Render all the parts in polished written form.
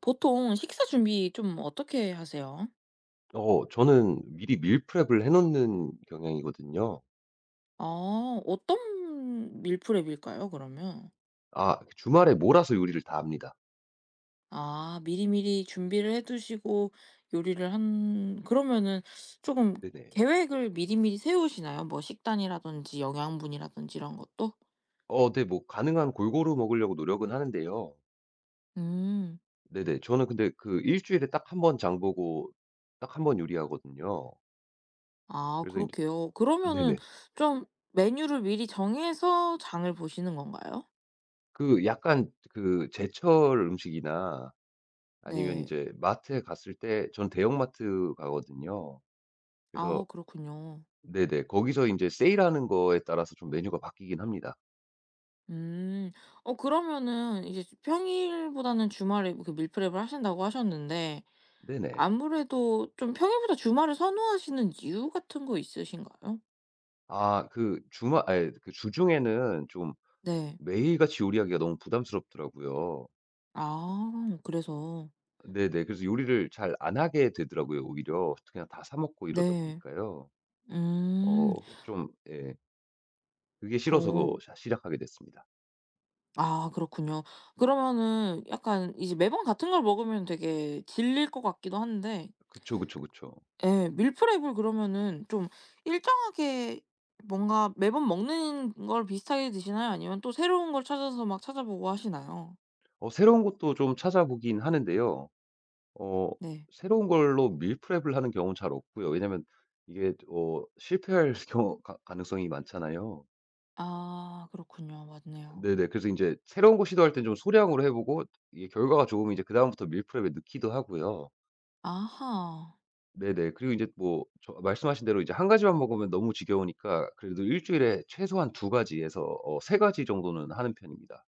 보통 식사 준비 좀 어떻게 하세요? 저는 미리 밀프렙을 해 놓는 경향이거든요. 아 어떤 밀프렙일까요 그러면? 아, 주말에 몰아서 요리를 다 합니다. 아 미리미리 준비를 해 두시고 요리를 한 그러면은 조금 네네. 계획을 미리미리 세우시나요? 뭐 식단이라든지 영양분이라든지 이런 것도? 네, 뭐 가능한 골고루 먹으려고 노력은 하는데요. 음. 네네. 저는 근데 그 일 주일에 딱 한번 장 보고 딱 한번 요리하거든요. 아 그래서 이제 그렇게요. 그러면은 네네. 좀 메뉴를 미리 정해서 장을 보시는 건가요? 그 약간 그 제철 음식이나 아니면 이 네. 제 마트에 갔을 때 전 대형마트 가거든요. 그래서 아 그렇군요. 네네. 거기서 이제 세일하는 거에 따라서 좀 메뉴가 바뀌긴 합니다. 음. 어 그러면은 이제 평일보다는 주말에 그 밀프렙을 하신다고 하셨는데 네네. 아무래도 좀 평일보다 주말을 선호하시는 이유 같은 거 있으신가요? 아, 그 주말 아니 그 주중에는 좀 네. 매일같이 요리하기가 너무 부담스럽더라고요. 아 그래서. 네네. 그래서 요리를 잘 안 하게 되더라고요, 오히려. 그냥 다 사 먹고 이러다 네. 보니까요. 어 음. 좀 예, 그게 싫어서 그 오 시작하게 됐습니다. 아 그렇군요. 그러면은 약간 이제 매번 같은 걸 먹으면 되게 질릴 것 같기도 한데 그쵸, 그쵸, 그쵸. 예. 밀프렙을 그러면은 좀 일정하게 뭔가 매번 먹는 걸 비슷하게 드시나요? 아니면 또 새로운 걸 찾아서 막 찾아보고 하시나요? 새로운 것도 좀 찾아보긴 하는데요. 어 네. 새로운 걸로 밀프렙을 하는 경우는 잘 없고요. 왜냐면 이게 실패할 경우 가 가능성이 많잖아요. 아 그렇군요. 맞네요. 네네. 그래서 인제 새로운 거 시도할 땐 좀 소량으로 해 보고 이게 결과가 좋으면 이제 그다음부터 밀프렙에 넣기도 하고요. 아하. 네네. 그리고 인제 뭐 저 말씀하신 대로 이제 한 가지만 먹으면 너무 지겨우니까 그래도 일 주일에 최소한 두 가지에서 세 가지 정도는 하는 편입니다.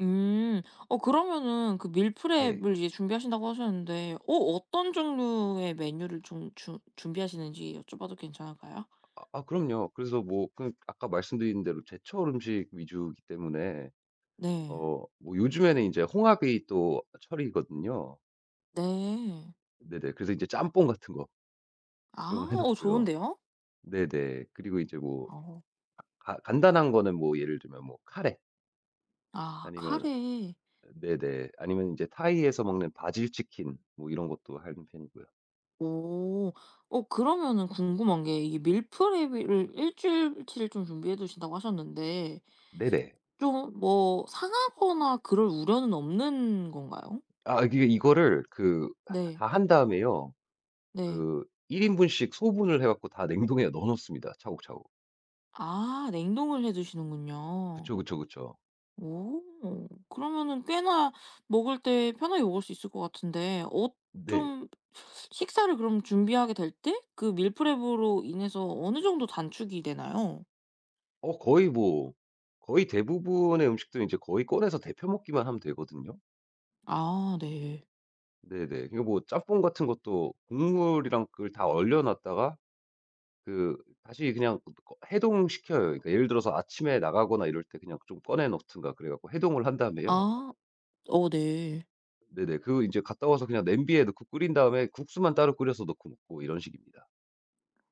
음. 어 그러면은 그 네. 밀프렙을 이제 준비하신다고 하셨는데 어떤 종류의 메뉴를 좀 주 준비하시는지 여쭤봐도 괜찮을까요? 아 아, 그럼요. 그래서 뭐 그 아까 말씀드린 대로 제철 음식 위주이기 때문에 네. 뭐 요즘에는 인제 홍합이 또 철이거든요. 네. 네네. 그래서 이제 짬뽕 같은 거 아 좀 해 어 놓고요. 좋은데요? 네네. 그리고 이제 뭐 어. 가 간단한 거는 뭐 예를 들면 뭐 카레 아 아니면 카레. 네네. 아니면 이제 타이에서 먹는 바질 치킨 뭐 이런 것도 하는 편이고요. 오. 어 그러면은 궁금한 게 이게 밀프랩을 일 주일치를 좀 준비해 두신다고 하셨는데 네네. 좀 뭐 상하거나 그럴 우려는 없는 건가요? 아, 이게 이거를 그 네. 다 한 다음에요. 네. 그 1인분 인분씩 소분을 해 갖고 다 냉동에 넣어 놓습니다, 차곡차곡. 아 냉동을 해 두시는군요. 그쵸, 그쵸, 그쵸. 오. 그러면은 꽤나 먹을 때 편하게 먹을 수 있을 것 같은데 어 네. 좀 식사를 그럼 준비하게 될 때 그 밀프랩으로 인해서 어느 정도 단축이 되나요? 거의 뭐 거의 대부분의 음식들은 이제 거의 꺼내서 데펴 먹기만 하면 되거든요. 아 네. 네네. 그러니까 뭐 짬뽕 같은 것도 국물이랑 그걸 다 얼려 놨다가 그 다시 그냥 해동시켜요. 그러니까 예를 들어서 아침에 나가거나 이럴 때 그냥 좀 꺼내 놓든가 그래 갖고 해동을 한 다음에요. 아. 어 네. 네네. 그 인제 갔다 와서 그냥 냄비에 넣고 끓인 다음에 국수만 따로 끓여서 넣고 먹고 이런 식입니다.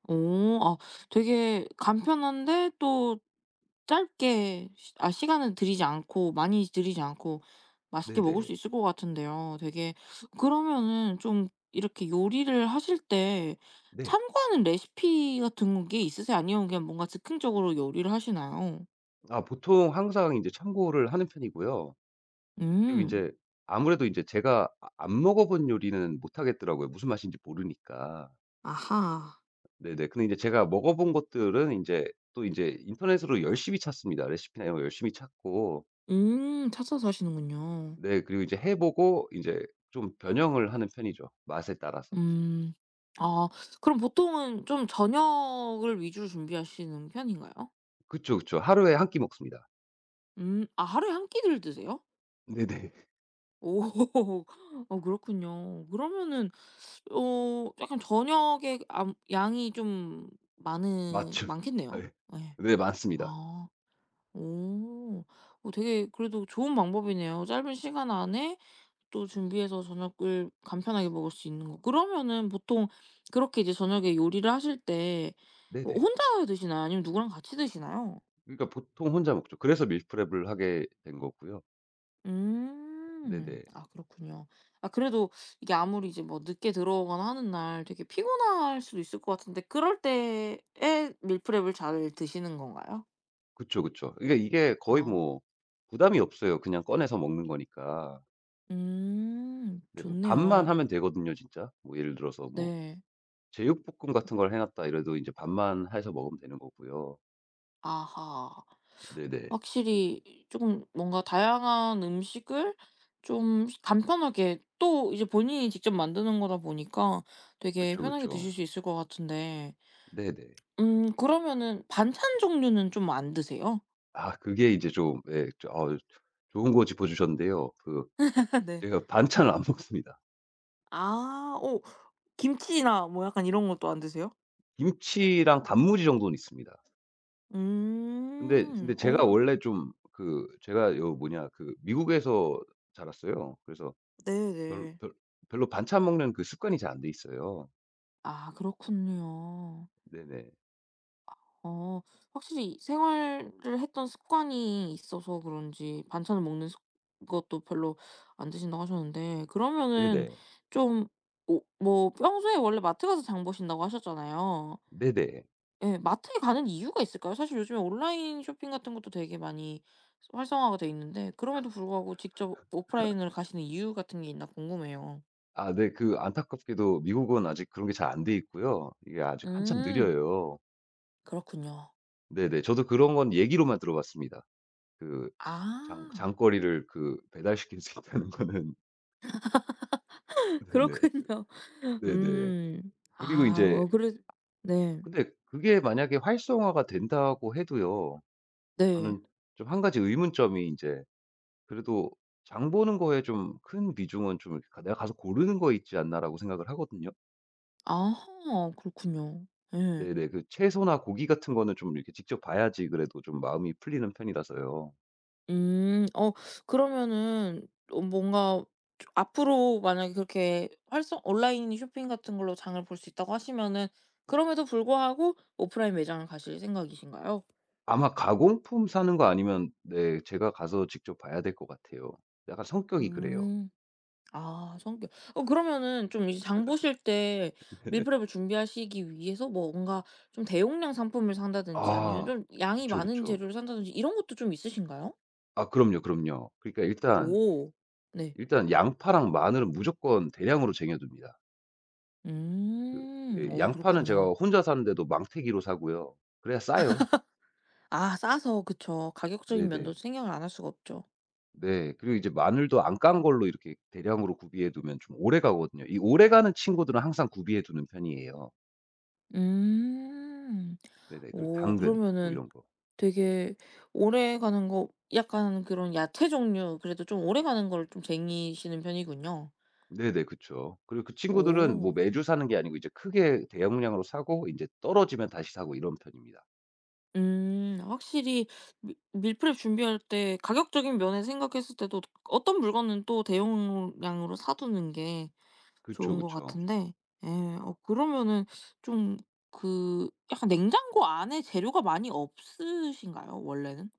오, 아 되게 간편한데 또 짧게 시 아 시간은 들이지 않고 많이 들이지 않고 맛있게 먹을 네네. 수 있을 것 같은데요. 되게 그러면은 좀 이렇게 요리를 하실 때 네. 참고하는 레시피 같은 게 있으세요? 아니면 그냥 뭔가 즉흥적으로 요리를 하시나요? 아, 보통 항상 인제 참고를 하는 편이고요. 그리고 음. 인제 아무래도 인제 제가 아, 안 먹어 본 요리는 못 하겠더라고요, 무슨 맛인지 모르니까. 아하. 네네. 근데 인제 제가 먹어 본 것들은 인제 또 인제 인터넷으로 열심히 찾습니다. 레시피나 이런 거 열심히 찾고 찾아서 하시는군요. 네. 그리고 이제 해 보고 이제 좀 변형을 하는 편이죠, 맛에 따라서. 음. 아 그럼 보통은 좀 저녁을 위주로 준비하시는 편인가요? 그쵸, 그쵸. 하루에 한 끼 먹습니다. 음. 아 하루에 한 끼를 드세요? 네네. 오. 어 그렇군요. 그러면은 어 약간 저녁에 암 양이 좀 많은 맞죠. 예. 많겠네요. 네. 네 네, 많습니다. 아. 오. 어 되게 그래도 좋은 방법이네요. 짧은 시간 안에 또 준비해서 저녁을 간편하게 먹을 수 있는 거. 그러면은 보통 그렇게 이제 저녁에 요리를 하실 때 어 네네. 혼자 드시나요? 아니면 누구랑 같이 드시나요? 그러니까 보통 혼자 먹죠. 그래서 밀프렙을 하게 된 거고요. 음. 네네. 아 그렇군요. 아 그래도 이게 아무리 이제 뭐 늦게 들어오거나 하는 날 되게 피곤할 수도 있을 것 같은데 그럴 때에 밀프렙을 잘 드시는 건가요? 그쵸, 그쵸. 그러니까 이게 거의 아. 뭐 부담이 없어요, 그냥 꺼내서 먹는 거니까. 음. 네, 뭐 반만 좋네요. 하면 되거든요, 진짜. 뭐 예를 들어서 뭐 네. 제육볶음 같은 걸 해 놨다 이래도 이제 반만 해서 먹으면 되는 거고요. 아하. 네네. 확실히 조금 뭔가 다양한 음식을 좀 간편하게 또 이제 본인이 직접 만드는 거다 보니까 되게 그쵸, 편하게 드실 그쵸. 수 있을 것 같은데 네네. 그러면은 반찬 종류는 좀 안 드세요? 아, 그게 이제 좀 예 저 좋은 거 짚어 주셨는데요. 그 네. 제가 반찬을 안 먹습니다. 아. 오 김치나 뭐 약간 이런 것도 안 드세요? 김치랑 단무지 정도는 있습니다. 근데 음. 근데 제가 어 원래 좀 그 제가 요 뭐냐 그 미국에서 자랐어요. 그래서 별 네네. 별 별로 반찬 먹는 그 습관이 잘 안 돼 있어요. 아 그렇군요. 네네. 어 확실히 생활을 했던 습관이 있어서 그런지 반찬을 먹는 습 것도 별로 안 드신다고 하셨는데 그러면은 네네. 좀 오 뭐 평소에 원래 마트 가서 장 보신다고 하셨잖아요. 네네. 예. 마트에 가는 이유가 있을까요? 사실 요즘에 온라인 쇼핑 같은 것도 되게 많이 활성화가 돼 있는데 그럼에도 불구하고 직접 오프라인을 가시는 이유 같은 게 있나 궁금해요. 아, 네 그 안타깝게도 미국은 아직 그런 게 잘 안 돼 있고요. 이게 아직 한참 음. 느려요. 그렇군요. 네네. 저도 그런 건 얘기로만 들어 봤습니다. 그 장 아. 장거리를 그 배달시킬 수 있다는 거는 네네. 그렇군요. 그 네네. 음. 그리고 이아 제 어 그래 네. 근데 그게 만약에 활성화가 된다고 해도요. 네. 저는 좀 한 가지 의문점이 이제 그래도 장 보는 거에 좀 큰 비중은 좀 이렇게 '내가 가서 고르는 거 있지 않나.'라고 생각을 하거든요. 아 그렇군요. 예. 네네. 그 채소나 고기 같은 거는 좀 이렇게 직접 봐야지 그래도 좀 마음이 풀리는 편이라서요. 음. 어 그러면은 어 뭔가 좀 앞으로 만약에 그렇게 활성 온라인 쇼핑 같은 걸로 장을 볼 수 있다고 하시면은 그럼에도 불구하고 오프라인 매장을 가실 생각이신가요? 아마 가공품 사는 거 아니면 네 제가 가서 직접 봐야 될 것 같아요. 약간 성격이 그래요. 음. 아 성격 어 그러면은 좀 이제 장 보실 때 네. 밀프렙을 준비하시기 위해서 뭔가 좀 대용량 상품을 산다든지 아니면 아. 좀 양이 그쵸, 많은 그쵸. 재료를 산다든지 이런 것도 좀 있으신가요? 아, 그럼요, 그럼요. 그러니까 일단, 오. 네. 일단 양파랑 마늘은 무조건 대량으로 쟁여 둡니다. 그 음. 예, 오 양파는 제가 그렇군요. 혼자 사는데도 망태기로 사고요. 그래야 싸요. 아 싸서 그쵸. 가격적인 면도 네네. 생각을 안 할 수가 없죠. 네. 그리고 이제 마늘도 안 깐 걸로 이렇게 대량으로 구비해 두면 좀 오래 가거든요. 이 오래 가는 친구들은 항상 구비해 두는 편이에요. 음. 네네. 그리고 오 당근 뭐 그러면은 이런 거. 되게 오래가는 거 약간 그런 야채 종류 그래도 좀 오래가는 걸 좀 쟁이시는 편이군요. 네네. 그쵸. 그리고 그 친구들은 뭐 오. 매주 사는 게 아니고 이제 크게 대용량으로 사고 인제 떨어지면 다시 사고 이런 편입니다. 확실히 밀 밀프렙 준비할 때 가격적인 면에 생각했을 때도 어떤 물건은 또 대용량으로 사 두는 게 그쵸, 좋은 것 그쵸. 같은데 예 어 그러면은 좀 그 약간 냉장고 안에 재료가 많이 없으신가요 원래는?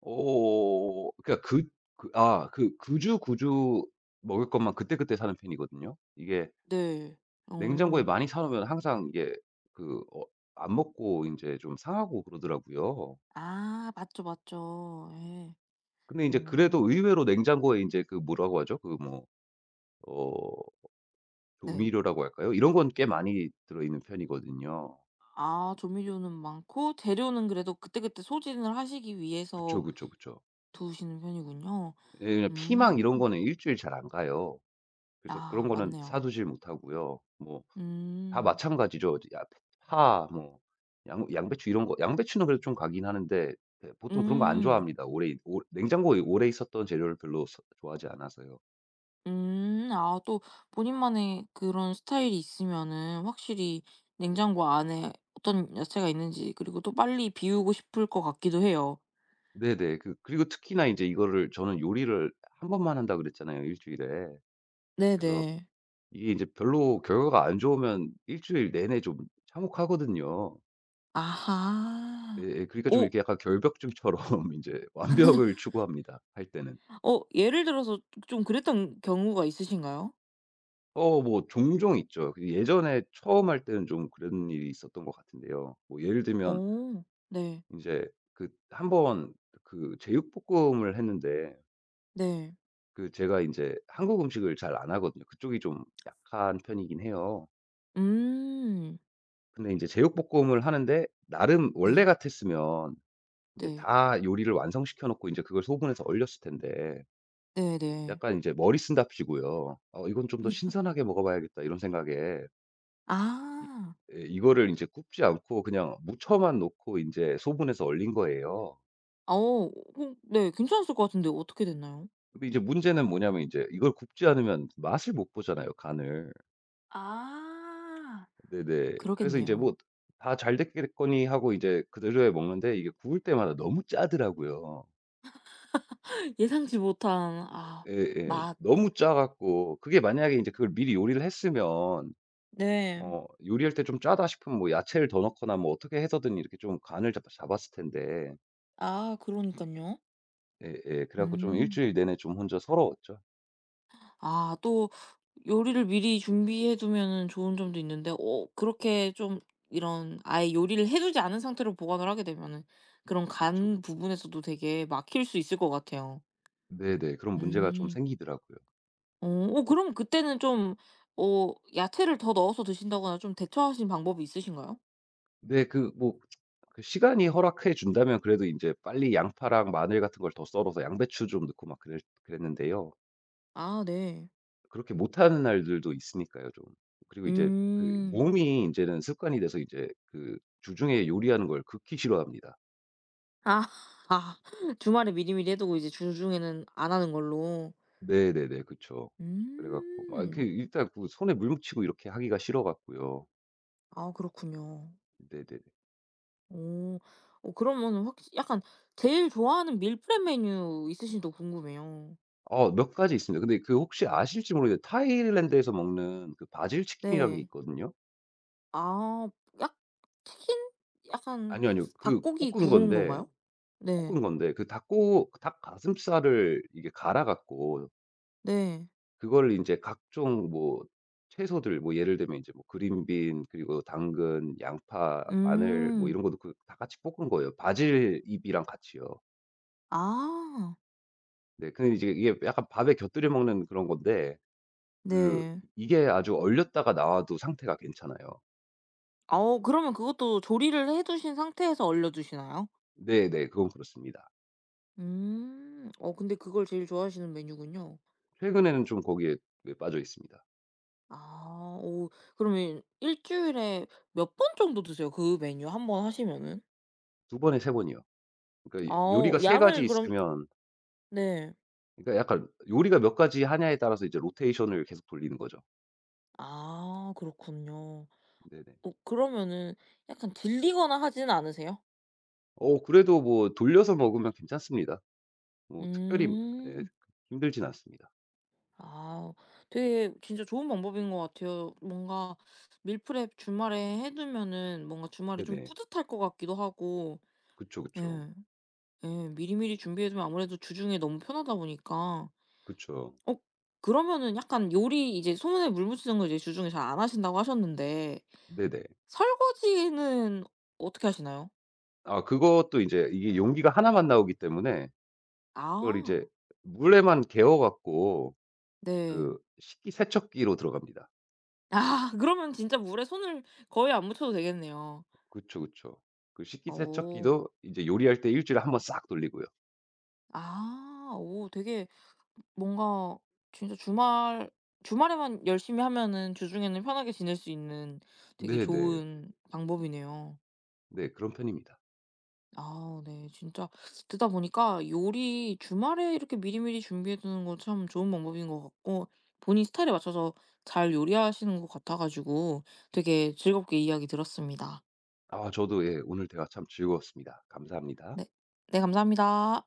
그러니까 그 그 아 그 구주구주 먹을 것만 그때그때 사는 편이거든요. 이게 네. 냉장고에 어. 많이 사 놓으면 항상 이게 그 안 먹고 인제 좀 상하고 그러더라고요. 아 맞죠, 맞죠. 예. 근데 인제 어 그래도 의외로 냉장고에 인제 그 뭐라고 하죠? 그 뭐 어 네. 조미료라고 할까요? 이런 건 꽤 많이 들어있는 편이거든요. 아 조미료는 많고 재료는 그래도 그때그때 소진을 하시기 그쵸, 위해서 그쵸, 그쵸. 두시는 편이군요. 예 그냥 피망 이런 음. 거는 일 주일 잘 안 가요. 그래서 아 그런 거는 사 맞네요. 두질 못하고요. 뭐 다 음. 마찬가지죠. 야 파 뭐 양 양배추 이런 거 양배추는 그래도 좀 가긴 하는데 예, 보통 그런 거 안 음. 좋아합니다. 오래 오 냉장고에 오래 있었던 재료를 별로 서 좋아하지 않아서요. 음. 아 또 본인만의 그런 스타일이 있으면은 확실히 냉장고 안에 어떤 야채가 있는지 그리고 또 빨리 비우고 싶을 것 같기도 해요. 네네. 그 그리고 특히나 이제 이거를 저는 요리를 한 번만 한다 그랬잖아요, 일 주일에. 그래서 네네. 이게 이제 별로 결과가 안 좋으면 일 주일 내내 좀 참혹하거든요. 아하. 예예. 그러니까 좀 오! 이렇게 약간 결벽증처럼 이제 완벽을 추구합니다, 할 때는. 어 예를 들어서 좀 그랬던 경우가 있으신가요? 뭐 종종 있죠. 그 예전에 처음 할 때는 좀 그런 일이 있었던 것 같은데요. 뭐 예를 들면 오... 네. 이제그번그 제육볶음을 했는데 네. 그 제가 이제 한국 음식을 잘 안 하거든요. 그쪽이 좀 약한 편이긴 해요. 음. 근데 이제 제육볶음을 하는데 나름 원래 네. 같았으면 이제 네. 다 요리를 완성시켜 놓고 이제 그걸 소분해서 얼렸을 텐데 네네. 약간 이제 머리 쓴답시고요. '어 이건 좀 더 신선하게 먹어봐야겠다.' 이런 생각에 이 아. 예 이거를 이제 굽지 않고 그냥 무쳐만 놓고 인제 소분해서 얼린 거예요. 어. 어 네 괜찮았을 것 같은데 어떻게 됐나요? 근데 이제 문제는 뭐냐면 인제 이걸 굽지 않으면 맛을 못 보잖아요, 간을. 아. 네네. 그래서 인제 그러겠네요. 뭐 '다 잘 됐겠거니.' 하고 이제 그대로에 먹는데 이게 구울 때마다 너무 짜더라고요. 예상치 못한 아 예예. 맛. 너무 짜 갖고 그게 만약에 인제 그걸 미리 요리를 했으면 네. 요리할 때 좀 짜다 싶으면 뭐 야채를 더 넣거나 뭐 어떻게 해서든 이렇게 좀 간을 잡 잡았을 텐데 아 그러니깐요. 예예. 그래 갖고 좀 음. 일주일 내내 좀 혼자 서러웠죠. 아 또 요리를 미리 준비해 두면은 좋은 점도 있는데 어 그렇게 좀 이런 아예 요리를 해 두지 않은 상태로 보관을 하게 되면은 그런 그쵸, 간 그쵸. 부분에서도 되게 막힐 수 있을 것 같아요. 네네. 그런 문제가 좀 음. 생기더라고요. 어 어 그럼 그때는 좀 어 야채를 더 넣어서 드신다거나 좀 대처하신 방법이 있으신가요? 근데 그 뭐 그 시간이 허락해 준다면 그래도 인제 빨리 양파랑 마늘 같은 걸 더 썰어서 양배추 좀 넣고 막 그랬는데요. 아 네. 그렇게 못하는 날들도 있으니까요 좀. 그리고 이제 그 음. 몸이 인제는 습관이 돼서 이제 그 주중에 요리하는 걸 극히 싫어합니다. 아. 아. 주말에 미리미리 해 두고 이제 주중에는 안 하는 걸로. 네네네. 그쵸. 그래 갖고 막 이렇게 음. 일단 그 손에 물 묻히고 이렇게 하기가 싫어 갖고요. 아 그렇군요. 네네. 오 어 그러면은 확히 약간 제일 좋아하는 밀프렙 메뉴 있으신지도 궁금해요. 몇 가지 있습니다. 근데 그 혹시 아실지 모르겠는데 타일랜드에서 먹는 그 바질 치킨이라는 게 네. 있거든요. 아 약 튀긴 약간 아니요, 아니요. 그 닭고기 볶은 구운 건데 건가요? 네. 볶은 건데 그 닭고 닭 가슴살을 이게 갈아 갖고 네. 그걸 이제 각종 뭐 채소들 뭐 예를 들면 이제 뭐 그린빈 그리고 당근, 양파, 마늘 뭐 음. 이런 것도 그 다 같이 볶은 거예요. 바질 잎이랑 같이요. 아. 네. 근데 이제 이게 약간 밥에 곁들여 먹는 그런 건데 그 네. 이게 아주 얼렸다가 나와도 상태가 괜찮아요. 어 그러면 그것도 조리를 해 두신 상태에서 얼려 두시나요? 네네. 그건 그렇습니다. 음. 어 근데 그걸 제일 좋아하시는 메뉴군요. 최근에는 좀 거기에 네 빠져 있습니다. 아. 오 그러면 일주일에 몇 번 정도 드세요? 그 메뉴 한 번 하시면은? 두 번에 세 번이요. 그러니까 이 아 요리가 세 가지 양을 그럼 있으면 네. 그러니까 약간 요리가 몇 가지 하냐에 따라서 이제 로테이션을 계속 돌리는 거죠. 아 그렇군요. 네네. 어 그러면은 약간 질리거나 하지는 않으세요? 그래도 뭐 돌려서 먹으면 괜찮습니다. 뭐 특별히 예 음. 힘들진 않습니다. 아 되게 진짜 좋은 방법인 것 같아요. 뭔가 밀프렙 주말에 해 두면은 뭔가 주말이 좀 네네. 뿌듯할 것 같기도 하고. 그쵸, 예. 그쵸. 예. 미리미리 준비해 두면 아무래도 주중에 너무 편하다 보니까 그쵸. 어 그러면은 약간 요리 이제 소문에 물 붙이는 걸 이제 주중에 잘 안 하신다고 하셨는데 네네. 설거지는 어떻게 하시나요? 아, 그것도 이제 이게 용기가 하나만 나오기 때문에 그걸 이제 아 물에만 개어 갖고 네. 그 식기 세척기로 들어갑니다. 아 그러면 진짜 물에 손을 거의 안 묻혀도 되겠네요. 그쵸, 그쵸. 그 오, 식기세척기도 이제 요리할 때 일 주일에 한번 싹 돌리고요. 아 오 되게 뭔가 진짜 주말에만 열심히 하면은 주중에는 편하게 지낼 수 있는 되게 네네. 좋은 방법이네요. 네, 그런 편입니다. 아 네. 진짜 듣다 보니까 요리 주말에 이렇게 미리미리 준비해 두는 거 참 좋은 방법인 것 같고 본인 스타일에 맞춰서 잘 요리하시는 것 같아 가지고 되게 즐겁게 이야기 들었습니다. 아 저도 예 오늘 대화 참 즐거웠습니다. 감사합니다. 네. 네 감사합니다.